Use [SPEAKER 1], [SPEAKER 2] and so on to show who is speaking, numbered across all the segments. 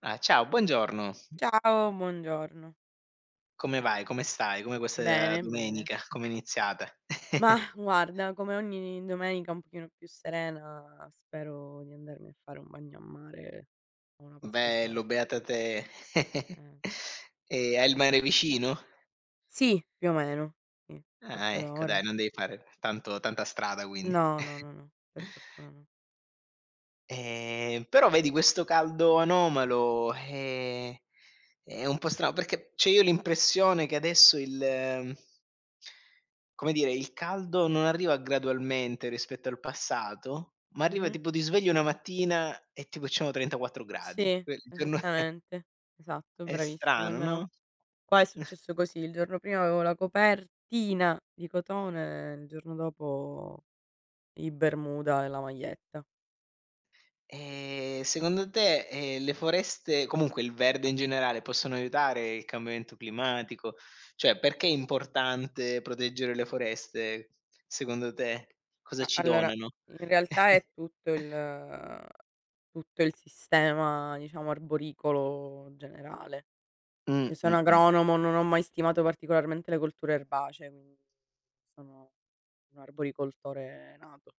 [SPEAKER 1] Ah, ciao, buongiorno.
[SPEAKER 2] Ciao, buongiorno.
[SPEAKER 1] Come vai? Come stai? Come questa
[SPEAKER 2] Bene, bene.
[SPEAKER 1] domenica? Come è iniziata?
[SPEAKER 2] Ma guarda, come ogni domenica un pochino più serena, spero di andarmi a fare un bagno a mare o una
[SPEAKER 1] Bello,
[SPEAKER 2] passeggiata.
[SPEAKER 1] beata te.
[SPEAKER 2] Eh,
[SPEAKER 1] E hai il mare vicino?
[SPEAKER 2] sì, più o meno, sì,
[SPEAKER 1] Ah,
[SPEAKER 2] quarto
[SPEAKER 1] ecco dai,
[SPEAKER 2] d'ora.
[SPEAKER 1] non devi fare tanto tanta strada quindi.
[SPEAKER 2] No, no, no, no, per fortuna no.
[SPEAKER 1] Però vedi questo caldo anomalo, è un po' strano perché cioè io ho l'impressione che adesso il mhmm come dire, il caldo non arriva gradualmente rispetto al passato, ma arriva
[SPEAKER 2] Mh-mh.
[SPEAKER 1] tipo ti svegli una mattina e tipo ci sono 34 gradi.
[SPEAKER 2] Sì,
[SPEAKER 1] Que il giorno
[SPEAKER 2] esattamente. Esatto,
[SPEAKER 1] è
[SPEAKER 2] bravissimo.
[SPEAKER 1] strano,
[SPEAKER 2] Almeno
[SPEAKER 1] no?
[SPEAKER 2] qua è successo così. Il giorno prima avevo la copertina di cotone, il giorno dopo i bermuda e la maglietta.
[SPEAKER 1] Secondo te, le foreste comunque il verde in generale, possono aiutare il cambiamento climatico? Cioè, perché è importante proteggere le foreste secondo te? Cosa
[SPEAKER 2] A
[SPEAKER 1] ci
[SPEAKER 2] allora,
[SPEAKER 1] donano?
[SPEAKER 2] in realtà è tutto il sistema, diciamo, arboricolo generale. Io sono
[SPEAKER 1] Mh-mh,
[SPEAKER 2] agronomo, non ho mai stimato particolarmente le colture erbacee, quindi sono un arboricoltore nato.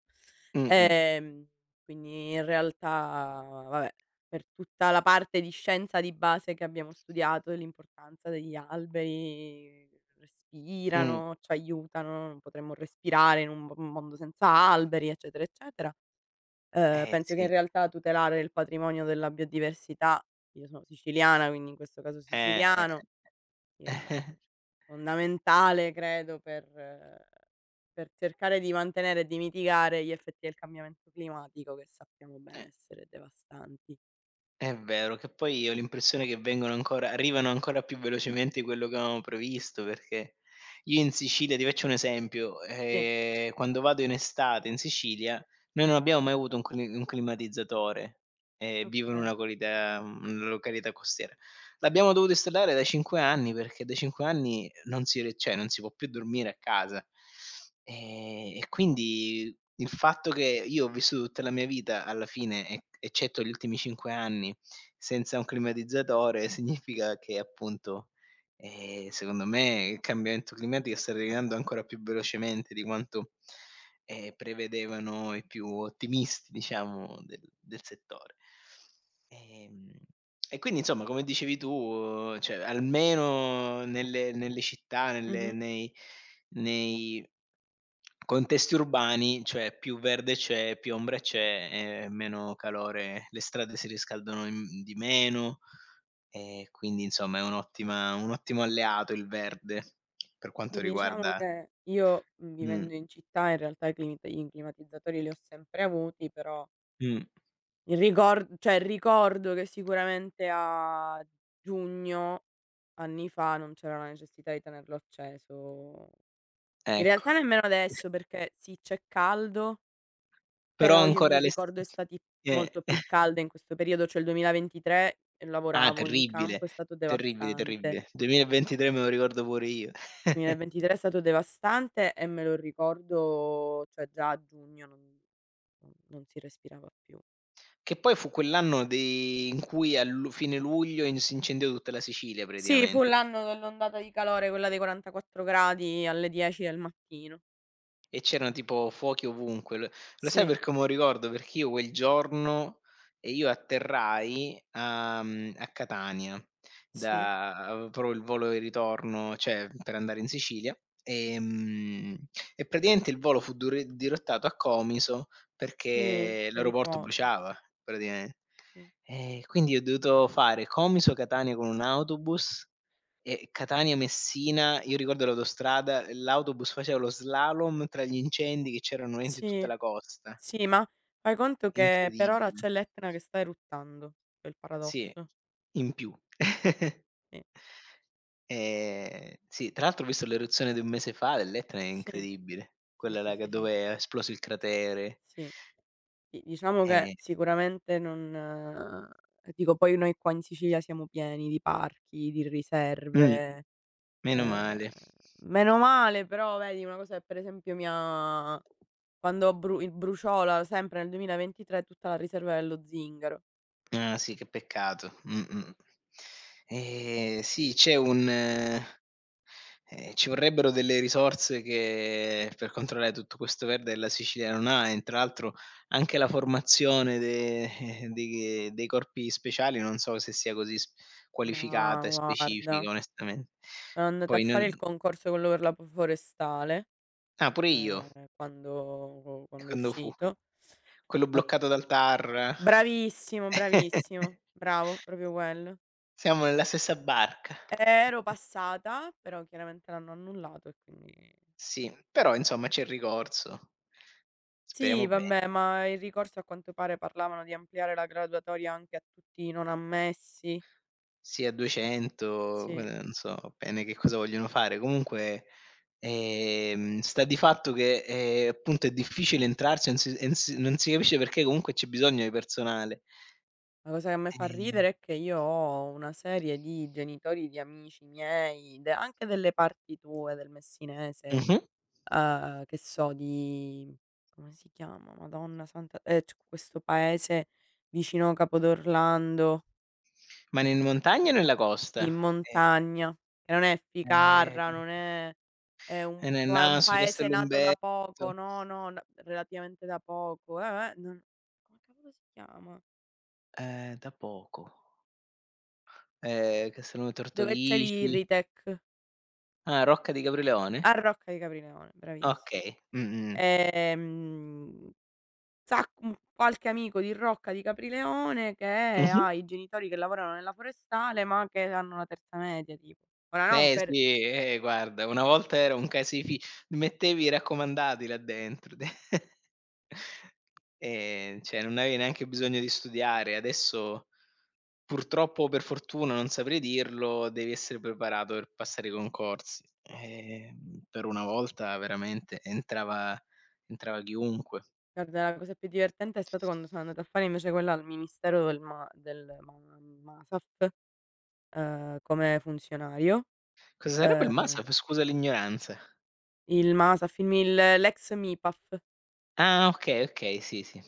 [SPEAKER 1] mh-mh,
[SPEAKER 2] Ehm, quindi in realtà, vabbè, per tutta la parte di scienza di base che abbiamo studiato, l'importanza degli alberi,
[SPEAKER 1] mh.
[SPEAKER 2] respirano, ci aiutano, non potremmo respirare in un mo mondo senza alberi, eccetera, eccetera. Ehm,
[SPEAKER 1] Eh
[SPEAKER 2] penso che in
[SPEAKER 1] sì,
[SPEAKER 2] realtà tutelare il patrimonio della biodiversità, io sono siciliana, quindi in questo caso
[SPEAKER 1] eh,
[SPEAKER 2] siciliano,
[SPEAKER 1] eh,
[SPEAKER 2] sia
[SPEAKER 1] eh.
[SPEAKER 2] fondamentale credo per cercare di mantenere e di mitigare gli effetti del cambiamento climatico, che sappiamo bene
[SPEAKER 1] Eh.
[SPEAKER 2] essere devastanti.
[SPEAKER 1] È vero, che poi ho l'impressione che vengono ancora arrivano ancora più velocemente di quello che avevamo previsto, perché io in Sicilia ti faccio un esempio,
[SPEAKER 2] Sì,
[SPEAKER 1] quando vado in estate in Sicilia, noi non abbiamo mai avuto un cli un climatizzatore, e vivo in una
[SPEAKER 2] okay.
[SPEAKER 1] qualità una località costiera. L'abbiamo dovuto installare dai 5 anni, perché dai 5 anni non si re cioè non si può più dormire a casa. E quindi il fatto che io ho vissuto tutta la mia vita alla fine, e eccetto gli ultimi 5 anni, senza un climatizzatore significa che appunto, secondo me il cambiamento climatico sta arrivando ancora più velocemente di quanto prevedevano i più ottimisti, diciamo, del settore. Ehm, e quindi insomma, come dicevi tu, cioè almeno nelle città, nelle
[SPEAKER 2] Mh-mh.
[SPEAKER 1] nei nei contesti urbani, cioè più verde c'è, più ombra c'è e meno calore le strade si riscaldano in di meno, e quindi insomma è un'ottima un ottimo alleato il verde, per
[SPEAKER 2] Sì,
[SPEAKER 1] quanto
[SPEAKER 2] diciamo
[SPEAKER 1] riguarda
[SPEAKER 2] che io,
[SPEAKER 1] mh,
[SPEAKER 2] vivendo in città, in realtà i climita i climatizzatori li ho sempre avuti, però
[SPEAKER 1] mh,
[SPEAKER 2] il ricor cioè ricordo che sicuramente a giugno, anni fa, non c'era la necessità di tenerlo acceso. In
[SPEAKER 1] ecco.
[SPEAKER 2] realtà nemmeno adesso, perché sì, c'è caldo,
[SPEAKER 1] Però
[SPEAKER 2] però io
[SPEAKER 1] ancora
[SPEAKER 2] mi
[SPEAKER 1] le st
[SPEAKER 2] ricordo estati
[SPEAKER 1] eh.
[SPEAKER 2] molto più calde in questo periodo. Cioè il 2023
[SPEAKER 1] Ah,
[SPEAKER 2] lavoravo in
[SPEAKER 1] terribile,
[SPEAKER 2] campo, è stato
[SPEAKER 1] terribile,
[SPEAKER 2] devastante.
[SPEAKER 1] terribile. 2023 me lo ricordo pure io.
[SPEAKER 2] 2023 è stato devastante e me lo ricordo, cioè già a giugno non si respirava più.
[SPEAKER 1] Che poi fu quell'anno de in cui a lu fine luglio in si incendiò tutta la Sicilia
[SPEAKER 2] Sì, fu
[SPEAKER 1] praticamente.
[SPEAKER 2] l'anno dell'ondata di calore, quella dei 44 gradi alle 10 del mattino.
[SPEAKER 1] E c'erano tipo fuochi ovunque. Lo sai
[SPEAKER 2] Sì,
[SPEAKER 1] perché me lo ricordo? Perché io quel giorno io atterrai a a Catania
[SPEAKER 2] sì,
[SPEAKER 1] da avevo proprio il volo di ritorno, cioè per andare in Sicilia, ehm, e praticamente il volo fu duri dirottato a Comiso
[SPEAKER 2] sì,
[SPEAKER 1] perché
[SPEAKER 2] per i
[SPEAKER 1] l'aeroporto
[SPEAKER 2] fuochi,
[SPEAKER 1] bruciava praticamen
[SPEAKER 2] sì.
[SPEAKER 1] e quindi ho dovuto fare Comiso, Catania con un autobus e Catania, Messina, io ricordo l'autostrada, l'autobus faceva lo slalom tra gli incendi che c'erano veramente in tutta
[SPEAKER 2] Sì.
[SPEAKER 1] la costa.
[SPEAKER 2] Sì, ma fai conto che per ora
[SPEAKER 1] Incredibile.
[SPEAKER 2] c'è l'Etna che sta eruttando, è il
[SPEAKER 1] Sì,
[SPEAKER 2] paradosso.
[SPEAKER 1] in più.
[SPEAKER 2] Sì,
[SPEAKER 1] Sì, tra l'altro ho visto l'eruzione di un mese fa dell'Etna, è
[SPEAKER 2] sì,
[SPEAKER 1] incredibile.
[SPEAKER 2] sì,
[SPEAKER 1] Quella
[SPEAKER 2] sì,
[SPEAKER 1] là che
[SPEAKER 2] sì, sì,
[SPEAKER 1] dove è esploso il cratere.
[SPEAKER 2] sì. Di diciamo che
[SPEAKER 1] Ehm
[SPEAKER 2] sicuramente non, dico, poi noi qua in Sicilia siamo pieni di parchi, di
[SPEAKER 1] mh,
[SPEAKER 2] riserve.
[SPEAKER 1] meno
[SPEAKER 2] ehm,
[SPEAKER 1] male.
[SPEAKER 2] meno male, però vedi una cosa che per esempio mi ha quando ho bru il bruciòla sempre nel 2023 tutta la riserva dello Zingaro.
[SPEAKER 1] Ah sì, che peccato. Mh-mh. Sì, c'è un eh. Ci vorrebbero delle risorse che per controllare tutto questo verde che la Sicilia non ha e tra l'altro anche la formazione de dei corpi speciali non so se sia così s
[SPEAKER 2] Ma
[SPEAKER 1] qualificata e
[SPEAKER 2] guarda,
[SPEAKER 1] specifica onestamente.
[SPEAKER 2] sono andata a
[SPEAKER 1] Poi non
[SPEAKER 2] fare il concorso, quello per la p forestale.
[SPEAKER 1] ah, pure io,
[SPEAKER 2] Ehm, quando
[SPEAKER 1] e
[SPEAKER 2] quando è
[SPEAKER 1] quando fu?
[SPEAKER 2] uscito.
[SPEAKER 1] Quello
[SPEAKER 2] Ma
[SPEAKER 1] bloccato dal TAR.
[SPEAKER 2] bravissimo, bravissimo, bravo, proprio quello.
[SPEAKER 1] Siamo nella stessa barca.
[SPEAKER 2] Ero passata, però chiaramente l'hanno annullato e quindi
[SPEAKER 1] Sì, però insomma c'è il ricorso.
[SPEAKER 2] sì,
[SPEAKER 1] Speriamo be
[SPEAKER 2] vabbè, ma il ricorso, a quanto pare, parlavano di ampliare la graduatoria anche a tutti i non ammessi.
[SPEAKER 1] sì, a 200,
[SPEAKER 2] Sì.
[SPEAKER 1] non so bene che cosa vogliono fare. Comunque, sta di fatto che, appunto è difficile entrarci, non si capisce perché comunque c'è bisogno di personale.
[SPEAKER 2] La cosa che a me fa
[SPEAKER 1] Ehm
[SPEAKER 2] ridere è che io ho una serie di genitori di amici miei, de anche delle parti tue, del messinese,
[SPEAKER 1] mh-mh.
[SPEAKER 2] che so, di come si chiama, madonna santa, c'è questo paese vicino Capodorlando,
[SPEAKER 1] Ma né in montagna e nella costa.
[SPEAKER 2] in
[SPEAKER 1] E
[SPEAKER 2] montagna, che non è
[SPEAKER 1] ehm,
[SPEAKER 2] Ficarra, non è, un
[SPEAKER 1] e nel
[SPEAKER 2] pa un
[SPEAKER 1] Naso,
[SPEAKER 2] paese nato da
[SPEAKER 1] Castellumberto,
[SPEAKER 2] poco, no, no, n relativamente da poco, non come cavolo si chiama?
[SPEAKER 1] da poco. Castello
[SPEAKER 2] Dove c'è
[SPEAKER 1] Tortorici.
[SPEAKER 2] l'Irritec.
[SPEAKER 1] Ah, Rocca di
[SPEAKER 2] A
[SPEAKER 1] Caprileone?
[SPEAKER 2] Rocca di Caprileone,
[SPEAKER 1] Okay. Mh-mh.
[SPEAKER 2] ehm qualche amico di Rocca di Caprileone che
[SPEAKER 1] Mh-mh.
[SPEAKER 2] ha i genitori che lavorano nella forestale, ma che hanno la terza media tipo. Ora, non,
[SPEAKER 1] Eh
[SPEAKER 2] per,
[SPEAKER 1] sì, guarda, una volta era un casifi mettevi i raccomandati là dentro. Cioè non avevi neanche bisogno di studiare. Adesso, purtroppo o per fortuna, non saprei dirlo, devi essere preparato per passare i concorsi. Per una volta veramente entrava chiunque.
[SPEAKER 2] guarda, la cosa più divertente è stato quando sono andata a fare invece quella al Ministero del MASAF, come funzionario,
[SPEAKER 1] Cosa sarebbe il
[SPEAKER 2] ehm,
[SPEAKER 1] MASAF? Scusa l'ignoranza.
[SPEAKER 2] il MASAF, il MIL, l'ex MIPAAF.
[SPEAKER 1] Ah okay, okay, sì, sì.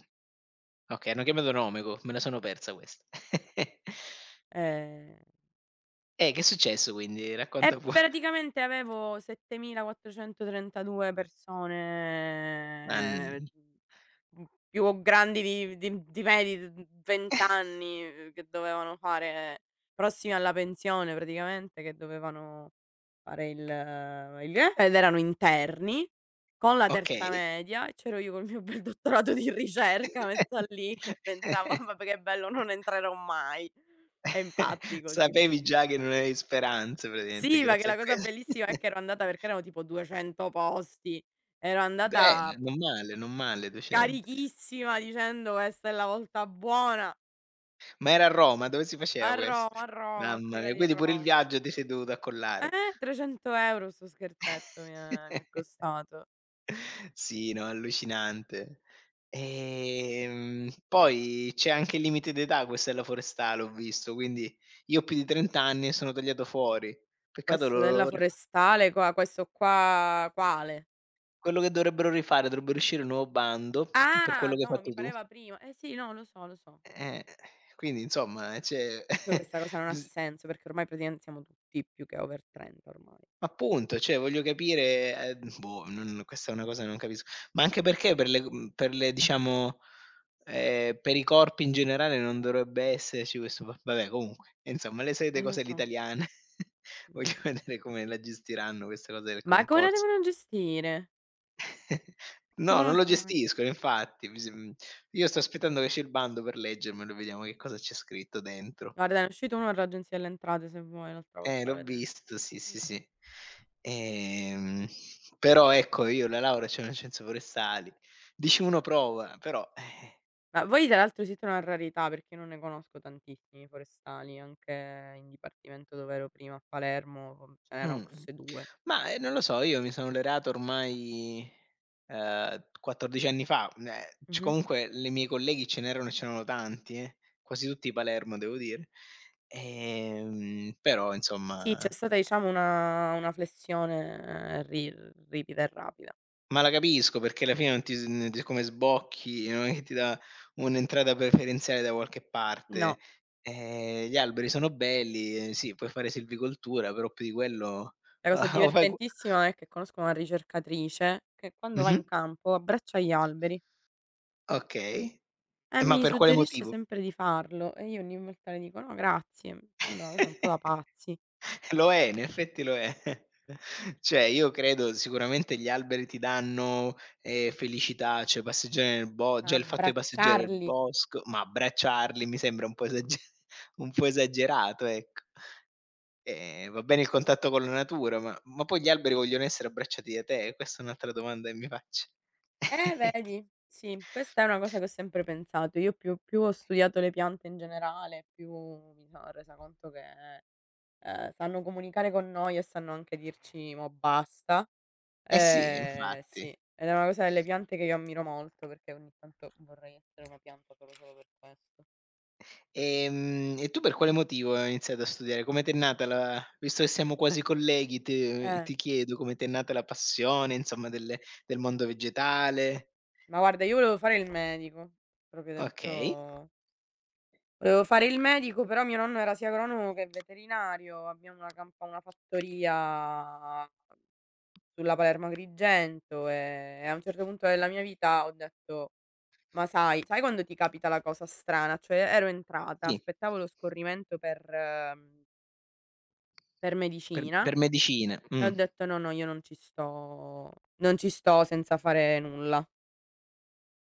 [SPEAKER 1] Okay, hanno cambiato nome co me la sono persa questa.
[SPEAKER 2] ehm
[SPEAKER 1] Che è successo quindi? Racconta
[SPEAKER 2] E
[SPEAKER 1] pure.
[SPEAKER 2] praticamente avevo 7432
[SPEAKER 1] Ah,
[SPEAKER 2] persone, più grandi di me di d 20 anni, che dovevano fare, prossimi alla pensione praticamente, che dovevano fare il ed erano interni, con la terza
[SPEAKER 1] okay.
[SPEAKER 2] media, e c'ero io col mio bel dottorato di ricerca messa lì che pensavo: "Ah, vabbè che bello, non entrerò mai." E infatti così fu.
[SPEAKER 1] Sapevi già che non avevi speranze praticamente
[SPEAKER 2] Sì, ma che
[SPEAKER 1] grazie a
[SPEAKER 2] la cosa
[SPEAKER 1] questo.
[SPEAKER 2] bellissima è che ero andata perché erano tipo 200 posti, ero
[SPEAKER 1] Bene,
[SPEAKER 2] andata
[SPEAKER 1] non male, non male docente.
[SPEAKER 2] carichissima dicendo: "Questa è la volta buona,
[SPEAKER 1] Ma era a Roma? Dove si faceva
[SPEAKER 2] a
[SPEAKER 1] questo?
[SPEAKER 2] Roma, a Roma, a
[SPEAKER 1] Mamma
[SPEAKER 2] Fiera
[SPEAKER 1] mia,
[SPEAKER 2] di
[SPEAKER 1] quindi pure il
[SPEAKER 2] Roma".
[SPEAKER 1] viaggio ti sei dovuto accollare.
[SPEAKER 2] 300 € sto scherzetto mi ha costato.
[SPEAKER 1] Sì, no, allucinante. Poi c'è anche il limite d'età, questa è la forestale ho visto, quindi io ho più di 30 anni e sono tagliato fuori. Peccato lo
[SPEAKER 2] Questo della
[SPEAKER 1] lo rifa
[SPEAKER 2] forestale, qua questo qua, quale?
[SPEAKER 1] quello che dovrebbero rifare, dovrebbero uscire un nuovo bando per quello
[SPEAKER 2] Ah,
[SPEAKER 1] che hai
[SPEAKER 2] no, mi
[SPEAKER 1] fatto tu.
[SPEAKER 2] pareva prima. Eh sì, no, lo so, lo so.
[SPEAKER 1] Eh, quindi insomma c'è
[SPEAKER 2] Poi questa cosa non ha
[SPEAKER 1] bis
[SPEAKER 2] senso, perché ormai praticamente siamo tutti più che over 30 ormai.
[SPEAKER 1] appunto, cioè voglio capire, boh, non questa è una cosa che non capisco. Ma anche perché per le per le diciamo, per i corpi in generale non dovrebbe esserci questo va vabbè comunque, insomma le solite
[SPEAKER 2] Lo
[SPEAKER 1] cose
[SPEAKER 2] so,
[SPEAKER 1] all'italiana.
[SPEAKER 2] lo
[SPEAKER 1] Voglio
[SPEAKER 2] so.
[SPEAKER 1] vedere come la gestiranno questa cosa del
[SPEAKER 2] Ma come la
[SPEAKER 1] concorso.
[SPEAKER 2] devono gestire? Che
[SPEAKER 1] No, non
[SPEAKER 2] devono
[SPEAKER 1] lo
[SPEAKER 2] fare?
[SPEAKER 1] gestiscono infatti, mi sem io sto aspettando che esce il bando per leggermelo e vediamo che cosa c'è scritto dentro.
[SPEAKER 2] Guarda, ne è uscito uno all'Agenzia delle Entrate, se vuoi, l'altra volta
[SPEAKER 1] L'ho
[SPEAKER 2] vedevo.
[SPEAKER 1] visto, sì,
[SPEAKER 2] Mh.
[SPEAKER 1] sì, sì. Ehm, Però ecco io la laurea c'ho nel scienze forestali. Dici uno prova, però
[SPEAKER 2] Ma voi tra l'altro siete una rarità, perché io non ne conosco tantissimi forestali, anche in dipartimento dov'ero prima a Palermo, ce n'erano
[SPEAKER 1] mh.
[SPEAKER 2] forse 2.
[SPEAKER 1] Ma, non lo so, io mi sono laureato ormai, 14 anni fa, c
[SPEAKER 2] Mh-mh.
[SPEAKER 1] comunque le miei colleghi ce n'erano e c'erano tanti quasi tutti Palermo devo dire. Però
[SPEAKER 2] Sì, c'è
[SPEAKER 1] insomma
[SPEAKER 2] stata, diciamo, una flessione, ri ripida e rapida.
[SPEAKER 1] ma la capisco perché alla fine non ti s n ti come sbocchi, non è che ti dà un'entrata preferenziale da qualche parte.
[SPEAKER 2] No,
[SPEAKER 1] Gli alberi sono belli, sì, puoi fare silvicoltura, però più di quello
[SPEAKER 2] la cosa
[SPEAKER 1] o fai cu
[SPEAKER 2] divertentissima è che conosco una ricercatrice che quando va
[SPEAKER 1] mh-mh,
[SPEAKER 2] in campo abbraccia gli alberi.
[SPEAKER 1] okay. E ma
[SPEAKER 2] Mi
[SPEAKER 1] per quale
[SPEAKER 2] suggerisce
[SPEAKER 1] motivo?
[SPEAKER 2] sempre di farlo e io ogni volta le dico: "No grazie." Mi sembra una cosa un po' da pazzi.
[SPEAKER 1] Lo è, in effetti lo è. Cioè io credo sicuramente gli alberi ti danno, felicità, cioè passeggiare nel bo già il fatto di passeggiare nel
[SPEAKER 2] Abbracciarli.
[SPEAKER 1] bosco, ma abbracciarli mi sembra un po' esage un po' esagerato, ecco. Va bene il contatto con la natura, ma poi gli alberi vogliono essere abbracciati da te? Questa è un'altra domanda che mi faccio.
[SPEAKER 2] Vedi? Sì, questa è una cosa che ho sempre pensato. Io più ho studiato le piante in generale, più mi sono resa conto che, sanno comunicare con noi e sanno anche dirci: "Mo' basta."
[SPEAKER 1] Eh sì,
[SPEAKER 2] Sì,
[SPEAKER 1] infatti.
[SPEAKER 2] ed è una cosa delle piante che io ammiro molto, perché ogni tanto vorrei essere una pianta solo solo per questo.
[SPEAKER 1] E tu per quale motivo hai iniziato a studiare? Come t'è nata la visto che siamo quasi colleghi te
[SPEAKER 2] Eh.
[SPEAKER 1] ti chiedo come t'è nata la passione, insomma, del mondo vegetale?
[SPEAKER 2] Ma guarda, io volevo fare il medico, proprio,
[SPEAKER 1] Okay,
[SPEAKER 2] detto, volevo fare il medico, però mio nonno era sia agronomo che veterinario, abbiamo una campa una fattoria sulla Palermo-Agrigento, e a un certo punto della mia vita ho detto: "Ma sai", sai quando ti capita la cosa strana? Cioè ero entrata,
[SPEAKER 1] sì,
[SPEAKER 2] aspettavo lo scorrimento per mhmm, per
[SPEAKER 1] per
[SPEAKER 2] medicina,
[SPEAKER 1] per medicina.
[SPEAKER 2] e ho detto: "No, no, io non ci sto, non ci sto senza fare nulla".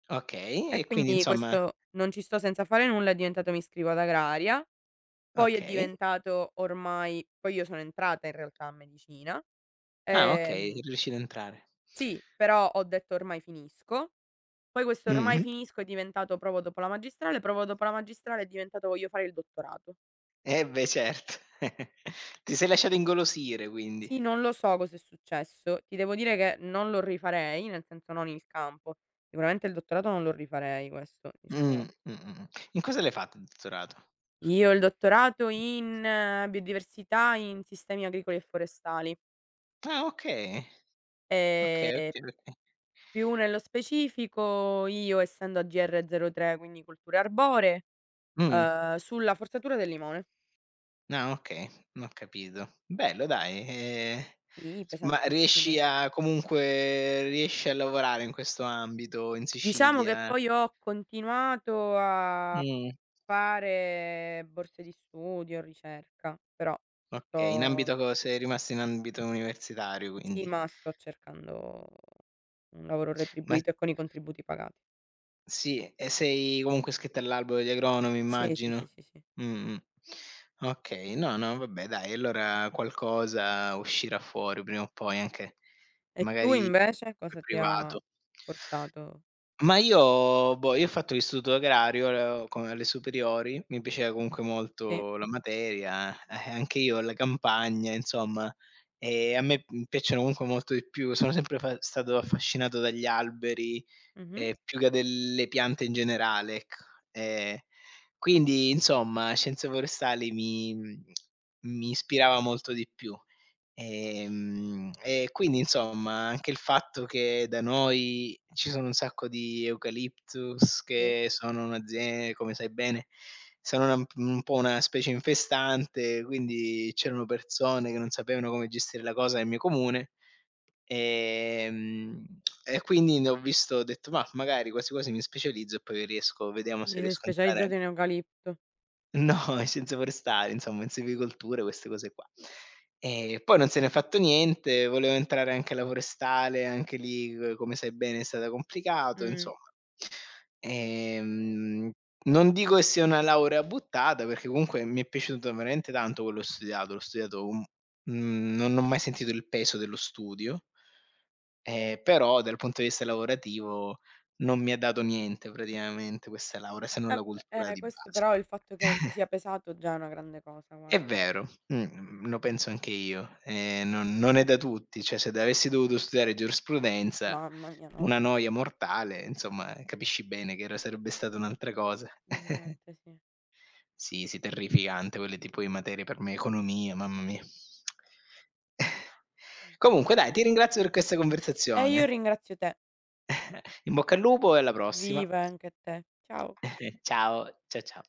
[SPEAKER 1] Okay,
[SPEAKER 2] E
[SPEAKER 1] e quindi
[SPEAKER 2] quindi
[SPEAKER 1] insomma
[SPEAKER 2] questo "Non ci sto senza fare nulla" è diventato "Mi iscrivo ad agraria", poi è
[SPEAKER 1] okay.
[SPEAKER 2] diventato, ormai, poi, io sono entrata in realtà a medicina.
[SPEAKER 1] Ah, okay, sei
[SPEAKER 2] Ehm,
[SPEAKER 1] riuscito a entrare.
[SPEAKER 2] sì, però ho detto ormai finisco. Poi questo ormai
[SPEAKER 1] Mh-mh.
[SPEAKER 2] finisco è diventato provo dopo la magistrale, provo dopo la magistrale è diventato voglio fare il dottorato.
[SPEAKER 1] Eh beh, certo. Ti sei lasciato ingolosire quindi.
[SPEAKER 2] Sì, non lo so cos'è successo. Ti devo dire che non lo rifarei, nel senso non il campo. Sicuramente il dottorato non lo rifarei, questo, diciamo.
[SPEAKER 1] In cosa l'hai fatto il dottorato?
[SPEAKER 2] Io ho il dottorato in, biodiversità in sistemi agricoli e forestali.
[SPEAKER 1] Ah, okay. Okay,
[SPEAKER 2] Ehm,
[SPEAKER 1] okay, okay.
[SPEAKER 2] più nello specifico, io essendo AGR03, quindi culture arboree,
[SPEAKER 1] Mh.
[SPEAKER 2] sulla forzatura del limone.
[SPEAKER 1] Ah okay, ho capito. Bello dai,
[SPEAKER 2] Sì,
[SPEAKER 1] s ma riesci
[SPEAKER 2] pesantissimo.
[SPEAKER 1] a comunque riesci a lavorare in questo ambito in
[SPEAKER 2] Diciamo che
[SPEAKER 1] Sicilia?
[SPEAKER 2] poi ho continuato a
[SPEAKER 1] Mh,
[SPEAKER 2] fare borse di studio, ricerca, però
[SPEAKER 1] okay, in
[SPEAKER 2] sto
[SPEAKER 1] ambito co sei rimasto in ambito universitario
[SPEAKER 2] sì,
[SPEAKER 1] quindi.
[SPEAKER 2] ma sto cercando un lavoro
[SPEAKER 1] Ma
[SPEAKER 2] retribuito e con i contributi pagati.
[SPEAKER 1] sì, e sei comunque iscritta all'albo degli agronomi
[SPEAKER 2] Sì, sì, sì,
[SPEAKER 1] immagino?
[SPEAKER 2] sì, sì.
[SPEAKER 1] Mh-mh. Okay, no, no, vabbè dai, allora qualcosa uscirà fuori prima o poi anche
[SPEAKER 2] E tu
[SPEAKER 1] magari
[SPEAKER 2] invece cosa ti ha
[SPEAKER 1] privato.
[SPEAKER 2] portato?
[SPEAKER 1] Ma io boh, io ho fatto l'istituto agrario, con alle superiori, mi piaceva comunque
[SPEAKER 2] Sì,
[SPEAKER 1] molto la materia, anche io la campagna, insomma. A me, piacciono comunque molto di più, sono sempre fa stato affascinato dagli alberi,
[SPEAKER 2] mh-mh,
[SPEAKER 1] più che delle piante in generale, ecco. Ehm, quindi insomma, scienze forestali mi mi ispirava molto di più. E quindi insomma anche il fatto che da noi ci sono un sacco di eucalyptus
[SPEAKER 2] sì.
[SPEAKER 1] che sono un'azie come sai bene, sono una un po' una specie infestante, quindi c'erano persone che non sapevano come gestire la cosa nel mio comune, ehm, e quindi ne ho visto ho detto: "Mah, magari quasi quasi mi specializzo e poi riesco vediamo se
[SPEAKER 2] Quindi sei
[SPEAKER 1] riesco a entrare".
[SPEAKER 2] specializzato in eucalipto.
[SPEAKER 1] No, scienze forestali, insomma, in silvicoltura, queste cose qua. E poi non se n'è fatto niente, volevo entrare anche alla forestale, anche lì, c come sai bene, è stato complicato,
[SPEAKER 2] Mh.
[SPEAKER 1] insomma. Ehm, Non dico che sia una laurea buttata, perché comunque mi è piaciuto veramente tanto quello che ho studiato, l'ho studiato un non ho mai sentito il peso dello studio, però dal punto di vista lavorativo non mi ha dato niente praticamente questa laurea, se non la
[SPEAKER 2] Vabbè,
[SPEAKER 1] cultura di
[SPEAKER 2] questo
[SPEAKER 1] base.
[SPEAKER 2] però il fatto che non ti sia pesato già è una grande cosa,
[SPEAKER 1] È
[SPEAKER 2] guarda.
[SPEAKER 1] vero, lo penso anche io. Non non è da tutti, cioè se d
[SPEAKER 2] No,
[SPEAKER 1] avessi dovuto studiare giurisprudenza,
[SPEAKER 2] mamma mia, no, no,
[SPEAKER 1] una
[SPEAKER 2] no,
[SPEAKER 1] noia mortale, insomma, capisci bene che era sarebbe stata un'altra cosa.
[SPEAKER 2] decisamente sì.
[SPEAKER 1] Sì, sì, terrificante quelle tipo di materie per me, economia, mamma mia. Comunque dai,
[SPEAKER 2] Insomma.
[SPEAKER 1] ti ringrazio per questa
[SPEAKER 2] E io
[SPEAKER 1] conversazione.
[SPEAKER 2] ringrazio te.
[SPEAKER 1] In bocca al lupo e alla prossima.
[SPEAKER 2] Viva anche te. Ciao.
[SPEAKER 1] Ciao, cia ciao.